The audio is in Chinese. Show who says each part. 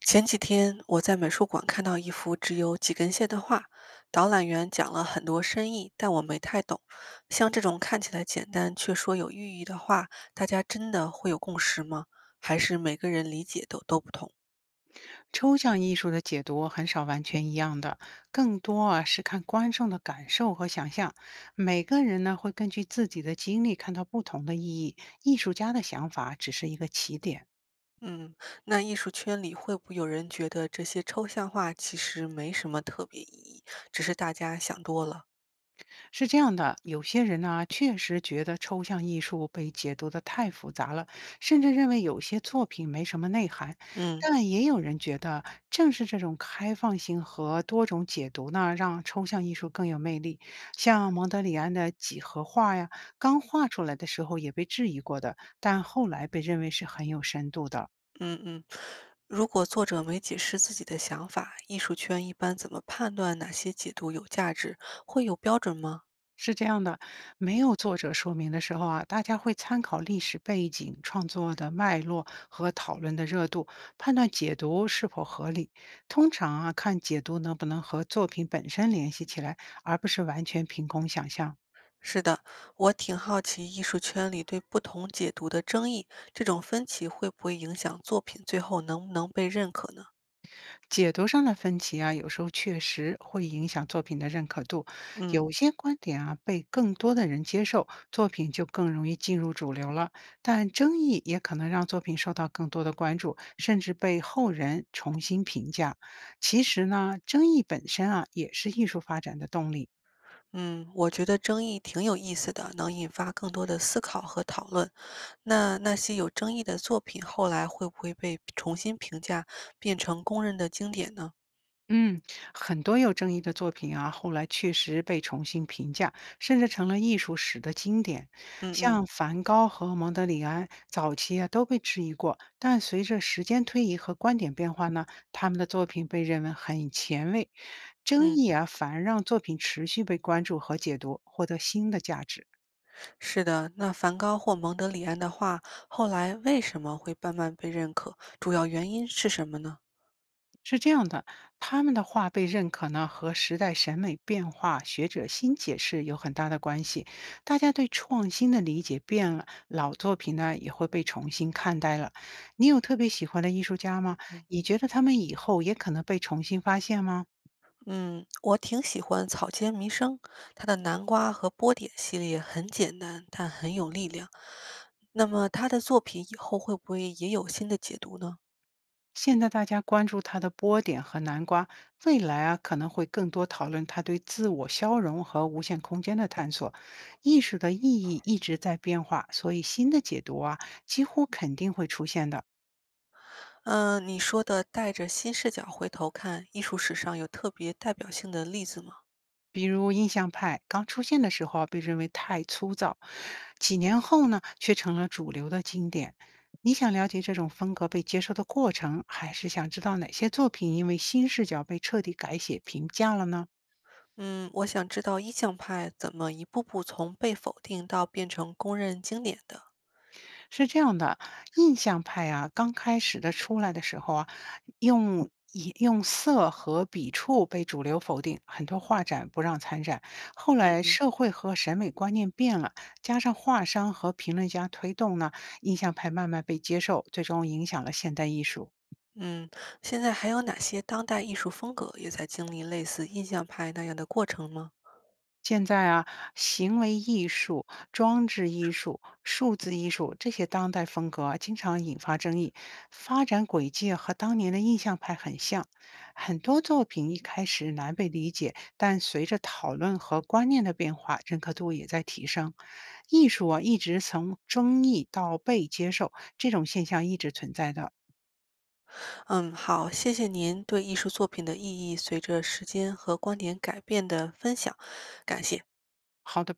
Speaker 1: 前几天我在美术馆看到一幅只有几根线的画，导览员讲了很多深意，但我没太懂。像这种看起来简单却说有寓意的画，大家真的会有共识吗？还是每个人理解都不同？
Speaker 2: 抽象艺术的解读很少完全一样的，更多啊是看观众的感受和想象。每个人呢会根据自己的经历看到不同的意义，艺术家的想法只是一个起点。
Speaker 1: 嗯，那艺术圈里会不会有人觉得这些抽象画其实没什么特别意义，只是大家想多了？
Speaker 2: 是这样的，有些人呢，确实觉得抽象艺术被解读的太复杂了，甚至认为有些作品没什么内涵。
Speaker 1: 嗯。
Speaker 2: 但也有人觉得，正是这种开放性和多种解读呢，让抽象艺术更有魅力。像蒙德里安的几何画呀，刚画出来的时候也被质疑过的，但后来被认为是很有深度的。
Speaker 1: 嗯嗯，如果作者没解释自己的想法，艺术圈一般怎么判断哪些解读有价值？会有标准吗？
Speaker 2: 是这样的，没有作者说明的时候啊，大家会参考历史背景、创作的脉络和讨论的热度，判断解读是否合理。通常啊，看解读能不能和作品本身联系起来，而不是完全凭空想象。
Speaker 1: 是的，我挺好奇艺术圈里对不同解读的争议，这种分歧会不会影响作品最后能不能被认可呢？
Speaker 2: 解读上的分歧啊，有时候确实会影响作品的认可度。
Speaker 1: 嗯
Speaker 2: 有些观点啊被更多的人接受，作品就更容易进入主流了。但争议也可能让作品受到更多的关注，甚至被后人重新评价。其实呢，争议本身啊也是艺术发展的动力。
Speaker 1: 嗯，我觉得争议挺有意思的，能引发更多的思考和讨论。那那些有争议的作品后来会不会被重新评价，变成公认的经典呢？
Speaker 2: 嗯，很多有争议的作品啊，后来确实被重新评价，甚至成了艺术史的经典。
Speaker 1: 嗯
Speaker 2: 像
Speaker 1: 嗯
Speaker 2: 梵高和蒙德里安，早期啊都被质疑过，但随着时间推移和观点变化呢，他们的作品被认为很前卫。争
Speaker 1: 嗯。
Speaker 2: 议啊，反而让作品持续被关注和解读，获得新的价值。
Speaker 1: 是的，那梵高或蒙德里安的画后来为什么会慢慢被认可？主要原因是什么呢？
Speaker 2: 是这样的，他们的话被认可呢，和时代审美变化、学者新解释有很大的关系。大家对创新的理解变了，老作品呢也会被重新看待了。你有特别喜欢的艺术家吗？你觉得他们以后也可能被重新发现吗？
Speaker 1: 嗯，我挺喜欢《草间弥生》，他的南瓜和波点系列很简单，但很有力量。那么他的作品以后会不会也有新的解读呢？
Speaker 2: 现在大家关注它的波点和南瓜，未来啊可能会更多讨论它对自我消融和无限空间的探索。艺术的意义一直在变化，所以新的解读啊几乎肯定会出现的。
Speaker 1: 嗯、你说的带着新视角回头看，艺术史上有特别代表性的例子吗？
Speaker 2: 比如印象派刚出现的时候啊被认为太粗糙，几年后呢却成了主流的经典。你想了解这种风格被接受的过程，还是想知道哪些作品因为新视角被彻底改写评价了呢？
Speaker 1: 嗯，我想知道意象派怎么一步步从被否定到变成公认经典的。
Speaker 2: 是这样的，印象派啊，刚开始的出来的时候啊，用以用色和笔触被主流否定，很多画展不让参展。后来
Speaker 1: 嗯。
Speaker 2: 社会和审美观念变了，加上画商和评论家推动呢，印象派慢慢被接受，最终影响了现代艺术。
Speaker 1: 嗯，现在还有哪些当代艺术风格也在经历类似印象派那样的过程吗？
Speaker 2: 现在啊，行为艺术、装置艺术、数字艺术这些当代风格啊，经常引发争议，发展轨迹和当年的印象派很像。很多作品一开始难被理解，但随着讨论和观念的变化，认可度也在提升。艺术啊，一直从争议到被接受，这种现象一直存在的。
Speaker 1: 嗯，好，谢谢您对艺术作品的意义随着时间和观点改变的分享，感谢。
Speaker 2: 好的